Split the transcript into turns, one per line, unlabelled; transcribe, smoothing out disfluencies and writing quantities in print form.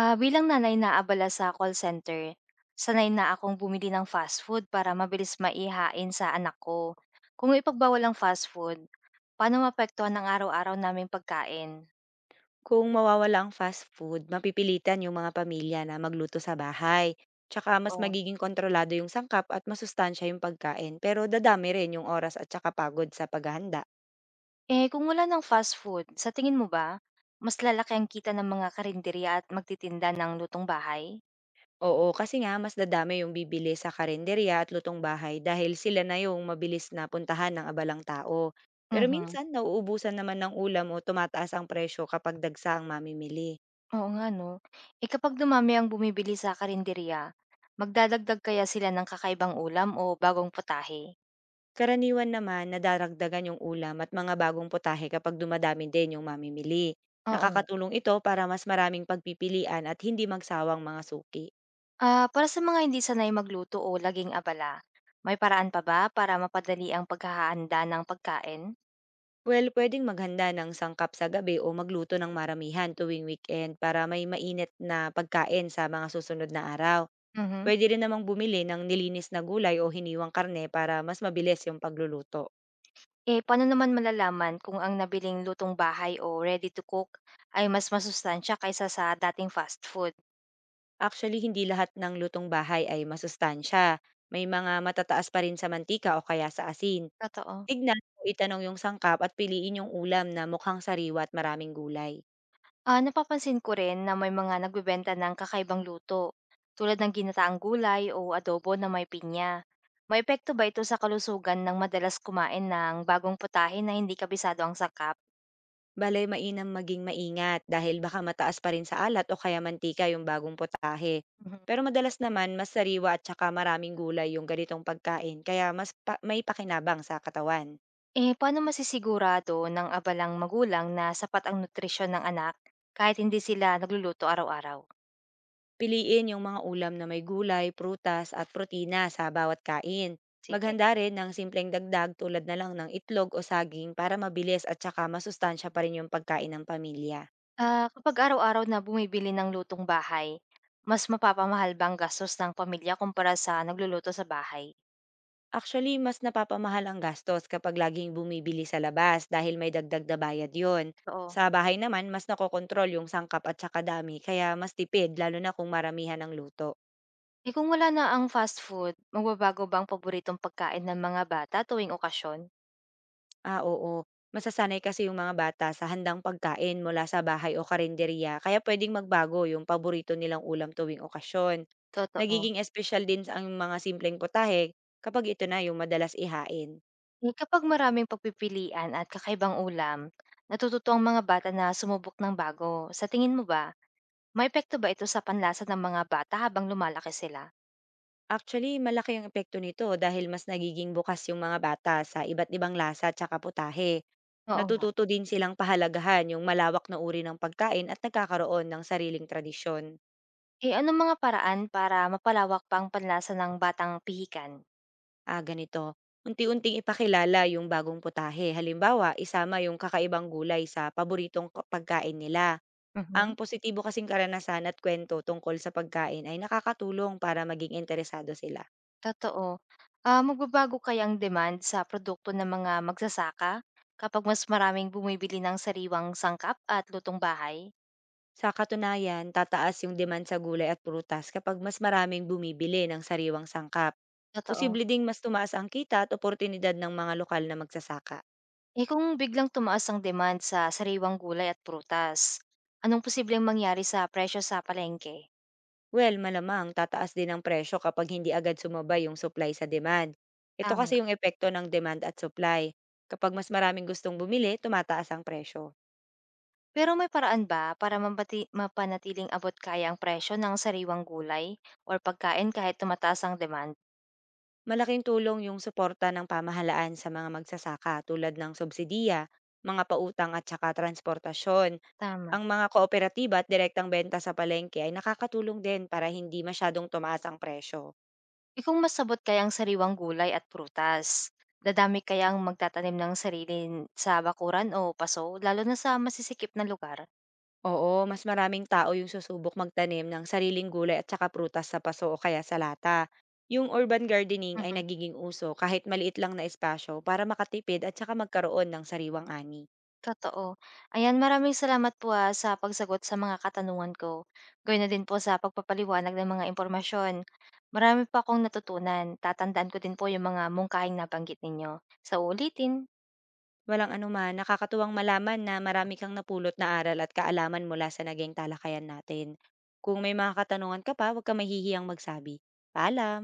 Ah, bilang nanay na abala sa call center, sanay na akong bumili ng fast food para mabilis maihain sa anak ko. Kung ipagbawal ang fast food, paano maapektuhan ang araw-araw naming pagkain?
Kung mawawala ang fast food, mapipilitan yung mga pamilya na magluto sa bahay. Tsaka mas
Oo.
magiging kontrolado yung sangkap at masustansya yung pagkain. Pero dadami rin yung oras at tsaka pagod sa paghahanda.
Eh, kung wala ng fast food, sa tingin mo ba, mas lalaki ang kita ng mga karinderya at magtitinda ng lutong bahay?
Oo, kasi nga mas dadami yung bibili sa karinderya at lutong bahay dahil sila na yung mabilis na puntahan ng abalang tao. Pero
Mhm.
minsan, nauubusan naman ng ulam o tumataas ang presyo kapag dagsa ang mamimili.
Oo nga, no? Eh, kapag dumami ang bumibili sa karinderya, magdadagdag kaya sila ng kakaibang ulam o bagong putahe?
Karaniwan naman, nadaragdagan yung ulam at mga bagong putahe kapag dumadami din yung mamimili.
Oo nga.
Nakakatulong ito para mas maraming pagpipilian at hindi magsawang mga suki.
Ah, para sa mga hindi sanay magluto o laging abala, may paraan pa ba para mapadali ang paghahanda ng pagkain?
Well, pwedeng maghanda ng sangkap sa gabi o magluto ng maramihan tuwing weekend para may mainit na pagkain sa mga susunod na araw.
Mhm.
Pwede rin namang bumili ng nilinis na gulay o hiniwang karne para mas mabilis yung pagluluto.
Eh, paano naman malalaman kung ang nabiling lutong bahay o ready to cook ay mas masustansya kaysa sa dating fast food?
Actually, hindi lahat ng lutong bahay ay masustansya. May mga matataas pa rin sa mantika o kaya sa asin.
Totoo.
Tignan o itanong yung sangkap at piliin yung ulam na mukhang sariwa at maraming gulay.
Ah, napapansin ko rin na may mga nagbebenta ng kakaibang luto, tulad ng ginataang gulay o adobo na may pinya. May epekto ba ito sa kalusugan ng madalas kumain ng bagong putahe na hindi kabisado ang sakap?
Bale, mainam maging maingat dahil baka mataas pa rin sa alat o kaya mantika yung bagong potahe. Pero madalas naman, mas sariwa at saka maraming gulay yung ganitong pagkain kaya mas may pakinabang sa katawan.
Eh, paano masisigurado ng abalang magulang na sapat ang nutrisyon ng anak kahit hindi sila nagluluto araw-araw?
Piliin yung mga ulam na may gulay, prutas at protina sa bawat kain.
Sige.
Maghanda rin ng simpleng dagdag tulad na lang ng itlog o saging para mabilis at saka masustansya pa rin yung pagkain ng pamilya.
Ah, kapag araw-araw na bumibili ng lutong bahay, mas mapapamahal ba ang gastos ng pamilya kumpara sa nagluluto sa bahay?
Actually, mas napapamahal ang gastos kapag laging bumibili sa labas dahil may dagdag na bayad yon.
Oo.
Sa bahay naman, mas nakokontrol yung sangkap at saka dami, kaya mas tipid lalo na kung maramihan ang luto.
Eh kung wala na ang fast food, magbabago ba ang paboritong pagkain ng mga bata tuwing okasyon?
Ah, oo. Masasanay kasi yung mga bata sa handang pagkain mula sa bahay o karinderya, kaya pwedeng magbago yung paborito nilang ulam tuwing okasyon.
Totoo.
Nagiging espesyal din ang mga simpleng putahe kapag ito na yung madalas ihain.
Eh kapag maraming pagpipilian at kakaibang ulam, natututo ang mga bata na sumubok ng bago. Sa tingin mo ba, may maepekto ba ito sa panlasa ng mga bata habang lumalaki sila?
Actually, malaki ang epekto nito dahil mas nagiging bukas yung mga bata sa iba't ibang lasa tsaka putahe.
Oo nga.
Natututo din silang pahalagahan yung malawak na uri ng pagkain at nagkakaroon ng sariling tradisyon.
Eh, anong mga paraan para mapalawak pa ang panlasa ng batang pihikan?
Ah, ganito. Unti-unting ipakilala yung bagong putahe. Halimbawa, isama yung kakaibang gulay sa paboritong pagkain nila. Ang
Mhm,
positibo kasing karanasan at kwento tungkol sa pagkain ay nakakatulong para maging interesado sila.
totoo. Ah, magbabago kaya ang demand sa produkto ng mga magsasaka kapag mas maraming bumibili ng sariwang sangkap at lutong bahay?
Sa katunayan, tataas yung demand sa gulay at prutas kapag mas maraming bumibili ng sariwang sangkap.
Totoo.
Posible ding mas tumaas ang kita at oportunidad ng mga lokal na magsasaka.
Eh kung biglang tumaas ang demand sa sariwang gulay at prutas, anong posibleng mangyari sa presyo sa palengke?
Well, malamang tataas din ang presyo kapag hindi agad sumabay yung supply sa demand. Ito kasi
Tama.
yung epekto ng demand at supply. Kapag mas maraming gustong bumili, tumataas ang presyo.
Pero may paraan ba para mapati mapanatiling abot-kaya ang presyo ng sariwang gulay or pagkain kahit tumataas ang demand?
Malaking tulong yung suporta ng pamahalaan sa mga magsasaka tulad ng subsidiya, mga pautang at saka transportasyon.
Tama.
Ang mga kooperatiba at direktang benta sa palengke ay nakakatulong din para hindi masyadong tumaas ang presyo.
Eh kung mas kaya ang sariwang gulay at prutas, dadami kaya ang magtatanim ng sarili sa bakuran o paso lalo na sa masisikip na lugar?
Oo, mas maraming tao yung susubok magtanim ng sariling gulay at saka prutas sa paso o kaya sa lata. Yung urban gardening ay nagiging uso kahit maliit lang na espasyo para makatipid at saka magkaroon ng sariwang ani.
Totoo. Ayan, maraming salamat po, sa pagsagot sa mga katanungan ko. Gayon na din po sa pagpapaliwanag ng mga impormasyon. Marami pa akong natutunan. Tatandaan ko din po yung mga mungkahing nabanggit ninyo. Sa ulitin
Walang anuman, nakakatuwang malaman na marami kang napulot na aral at kaalaman mula sa naging talakayan natin. Kung may mga katanungan ka pa, huwag ka mahihiyang magsabi. Paalam!